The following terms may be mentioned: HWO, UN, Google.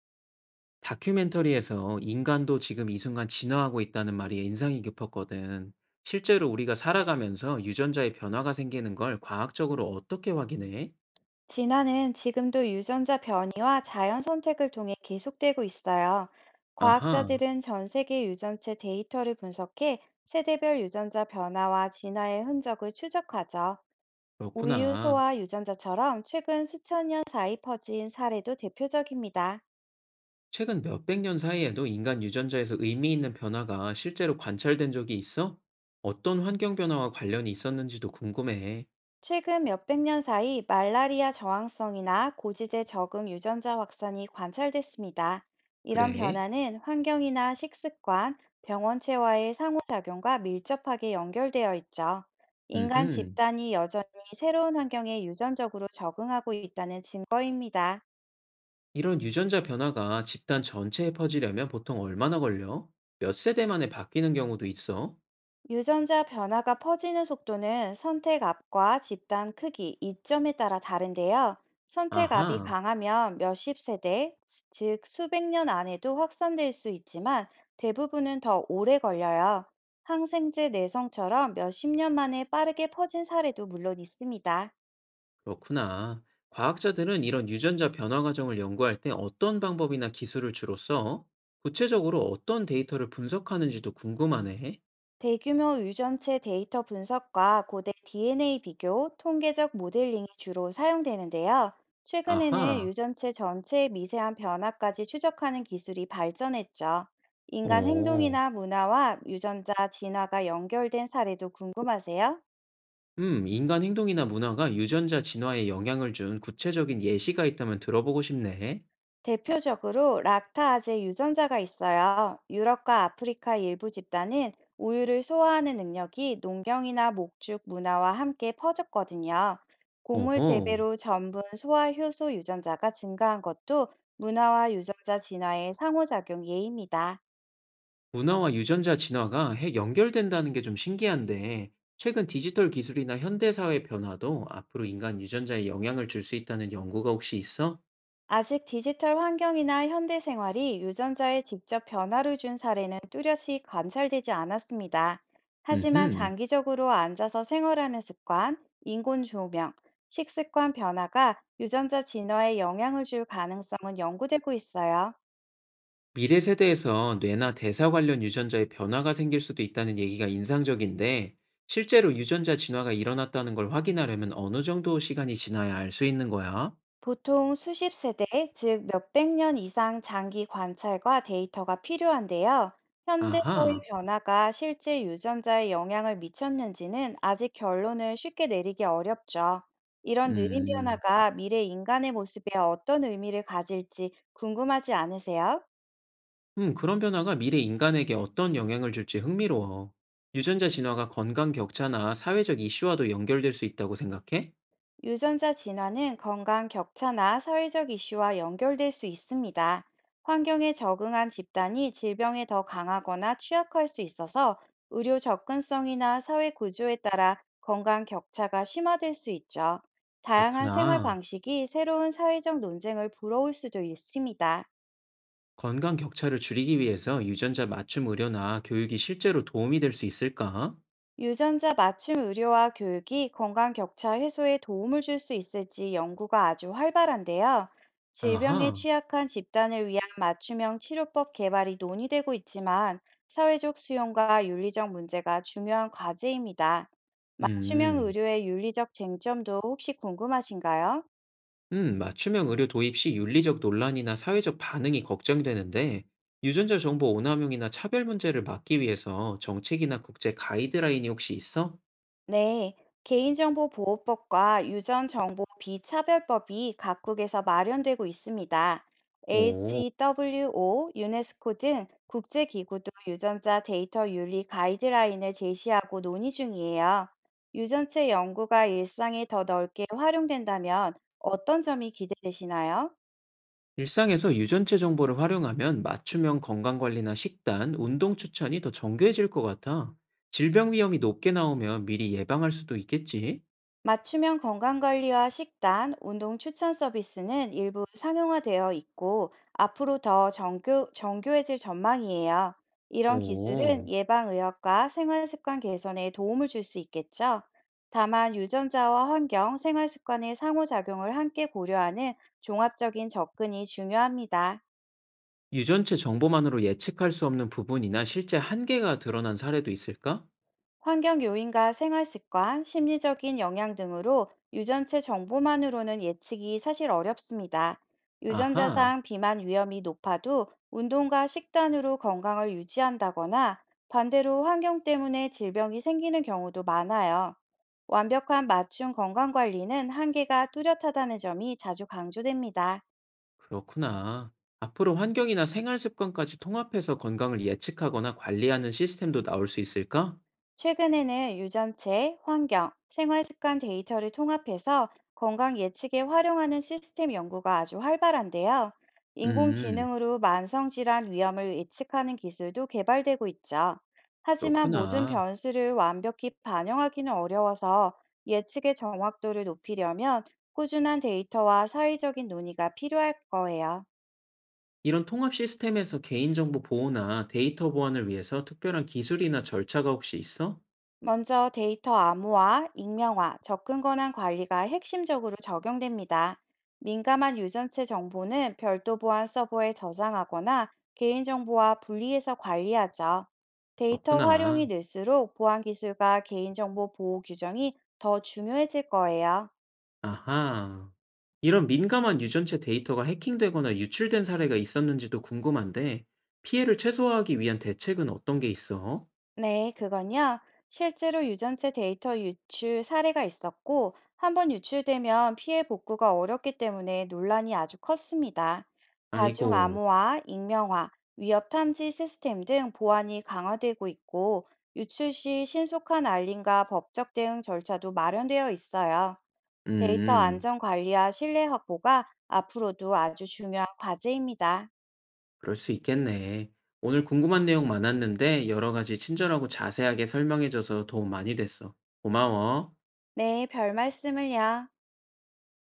다큐멘터리에서 인간도 지금 이 순간 진화하고 있다는 말이 인상이 깊었거든. 실제로 우리가 살아가면서 유전자의 변화가 생기는 걸 과학적으로 어떻게 확인해? 진화는 지금도 유전자 변이와 자연 선택을 통해 계속되고 있어요. 아하, 과학자들은 전 세계 유전체 데이터를 분석해 세대별 유전자 변화와 진화의 흔적을 추적하죠. 우유, 그렇구나. 소와 유전자처럼 최근 수천 년 사이 퍼진 사례도 대표적입니다. 최근 몇백 년 사이에도 인간 유전자에서 의미 있는 변화가 실제로 관찰된 적이 있어? 어떤 환경 변화와 관련이 있었는지도 궁금해. 최근 몇백 년 사이 말라리아 저항성이나 고지대 적응 유전자 확산이 관찰됐습니다. 이런 그래? 변화는 환경이나 식습관, 병원체와의 상호작용과 밀접하게 연결되어 있죠. 인간 음흠. 집단이 여전히 새로운 환경에 유전적으로 적응하고 있다는 증거입니다. 이런 유전자 변화가 집단 전체에 퍼지려면 보통 얼마나 걸려? 몇 세대 만에 바뀌는 경우도 있어? 유전자 변화가 퍼지는 속도는 선택 압과 집단 크기, 이점에 따라 다른데요. 선택 압이 아하. 강하면 몇십 세대, 즉 수백 년 안에도 확산될 수 있지만 대부분은 더 오래 걸려요. 항생제 내성처럼 몇십 년 만에 빠르게 퍼진 사례도 물론 있습니다. 그렇구나. 과학자들은 이런 유전자 변화 과정을 연구할 때 어떤 방법이나 기술을 주로 써? 구체적으로 어떤 데이터를 분석하는지도 궁금하네. 대규모 유전체 데이터 분석과 고대 DNA 비교, 통계적 모델링이 주로 사용되는데요. 최근에는 아하, 유전체 전체의 미세한 변화까지 추적하는 기술이 발전했죠. 인간 어, 행동이나 문화와 유전자 진화가 연결된 사례도 궁금하세요? 인간 행동이나 문화가 유전자 진화에 영향을 준 구체적인 예시가 있다면 들어보고 싶네. 대표적으로 락타아제 유전자가 있어요. 유럽과 아프리카 일부 집단은 우유를 소화하는 능력이 농경이나 목축 문화와 함께 퍼졌거든요. 곡물 오호, 재배로 전분 소화 효소 유전자가 증가한 것도 문화와 유전자 진화의 상호작용 예입니다. 문화와 유전자 진화가 핵 연결된다는 게 좀 신기한데, 최근 디지털 기술이나 현대사회 변화도 앞으로 인간 유전자에 영향을 줄 수 있다는 연구가 혹시 있어? 아직 디지털 환경이나 현대 생활이 유전자에 직접 변화를 준 사례는 뚜렷이 관찰되지 않았습니다. 하지만 음흠. 장기적으로 앉아서 생활하는 습관, 인공 조명, 식습관 변화가 유전자 진화에 영향을 줄 가능성은 연구되고 있어요. 미래 세대에서 뇌나 대사 관련 유전자의 변화가 생길 수도 있다는 얘기가 인상적인데, 실제로 유전자 진화가 일어났다는 걸 확인하려면 어느 정도 시간이 지나야 알 수 있는 거야? 보통 수십 세대, 즉 몇백 년 이상 장기 관찰과 데이터가 필요한데요. 현대사회 아하, 변화가 실제 유전자에 영향을 미쳤는지는 아직 결론을 쉽게 내리기 어렵죠. 이런 느린 음, 변화가 미래 인간의 모습에 어떤 의미를 가질지 궁금하지 않으세요? 그런 변화가 미래 인간에게 어떤 영향을 줄지 흥미로워. 유전자 진화가 건강 격차나 사회적 이슈와도 연결될 수 있다고 생각해? 유전자 진화는 건강 격차나 사회적 이슈와 연결될 수 있습니다. 환경에 적응한 집단이 질병에 더 강하거나 취약할 수 있어서 의료 접근성이나 사회 구조에 따라 건강 격차가 심화될 수 있죠. 다양한 생활 그렇구나. 방식이 새로운 사회적 논쟁을 불러올 수도 있습니다. 건강 격차를 줄이기 위해서 유전자 맞춤 의료나 교육이 실제로 도움이 될 수 있을까? 유전자 맞춤 의료와 교육이 건강 격차 해소에 도움을 줄 수 있을지 연구가 아주 활발한데요. 질병에 아하, 취약한 집단을 위한 맞춤형 치료법 개발이 논의되고 있지만 사회적 수용과 윤리적 문제가 중요한 과제입니다. 맞춤형 음. 의료의 윤리적 쟁점도 혹시 궁금하신가요? 맞춤형 의료 도입 시 윤리적 논란이나 사회적 반응이 걱정되는데, 유전자 정보 오남용이나 차별 문제를 막기 위해서 정책이나 국제 가이드라인이 혹시 있어? 네, 개인정보보호법과 유전정보 비차별법이 각국에서 마련되고 있습니다. 오, HWO, 유네스코 등 국제기구도 유전자 데이터 윤리 가이드라인을 제시하고 논의 중이에요. 유전체 연구가 일상에 더 넓게 활용된다면 어떤 점이 기대되시나요? 일상에서 유전체 정보를 활용하면 맞춤형 건강관리나 식단, 운동 추천이 더 정교해질 것 같아. 질병 위험이 높게 나오면 미리 예방할 수도 있겠지? 맞춤형 건강관리와 식단, 운동 추천 서비스는 일부 상용화되어 있고 앞으로 더 정교해질 전망이에요. 이런 기술은 오, 예방의학과 생활습관 개선에 도움을 줄 수 있겠죠. 다만 유전자와 환경, 생활습관의 상호작용을 함께 고려하는 종합적인 접근이 중요합니다. 유전체 정보만으로 예측할 수 없는 부분이나 실제 한계가 드러난 사례도 있을까? 환경 요인과 생활 습관, 심리적인 영향 등으로 유전체 정보만으로는 예측이 사실 어렵습니다. 아하. 유전자상 비만 위험이 높아도 운동과 식단으로 건강을 유지한다거나 반대로 환경 때문에 질병이 생기는 경우도 많아요. 완벽한 맞춤 건강 관리는 한계가 뚜렷하다는 점이 자주 강조됩니다. 그렇구나. 앞으로 환경이나 생활 습관까지 통합해서 건강을 예측하거나 관리하는 시스템도 나올 수 있을까? 최근에는 유전체, 환경, 생활 습관 데이터를 통합해서 건강 예측에 활용하는 시스템 연구가 아주 활발한데요. 음, 인공지능으로 만성질환 위험을 예측하는 기술도 개발되고 있죠. 하지만 모든 그렇구나. 변수를 완벽히 반영하기는 어려워서 예측의 정확도를 높이려면 꾸준한 데이터와 사회적인 논의가 필요할 거예요. 이런 통합 시스템에서 개인정보 보호나 데이터 보안을 위해서 특별한 기술이나 절차가 혹시 있어? 먼저 데이터 암호화, 익명화, 접근 권한 관리가 핵심적으로 적용됩니다. 민감한 유전체 정보는 별도 보안 서버에 저장하거나 개인정보와 분리해서 관리하죠. 데이터 활용이 그렇구나. 늘수록 보안 기술과 개인정보 보호 규정이 더 중요해질 거예요. 아하. 이런 민감한 유전체 데이터가 해킹되거나 유출된 사례가 있었는지도 궁금한데, 피해를 최소화하기 위한 대책은 어떤 게 있어? 네, 그건요. 실제로 유전체 데이터 유출 사례가 있었고, 한번 유출되면 피해 복구가 어렵기 때문에 논란이 아주 컸습니다. 다중 아이고, 암호화, 익명화, 위협 탐지 시스템 등 보안이 강화되고 있고, 유출 시 신속한 알림과 법적 대응 절차도 마련되어 있어요. 데이터 음. 안전 관리와 신뢰 확보가 앞으로도 아주 중요한 과제입니다. 그럴 수 있겠네. 오늘 궁금한 내용 많았는데 여러 가지 친절하고 자세하게 설명해줘서 도움 많이 됐어. 고마워. 네, 별 말씀을요.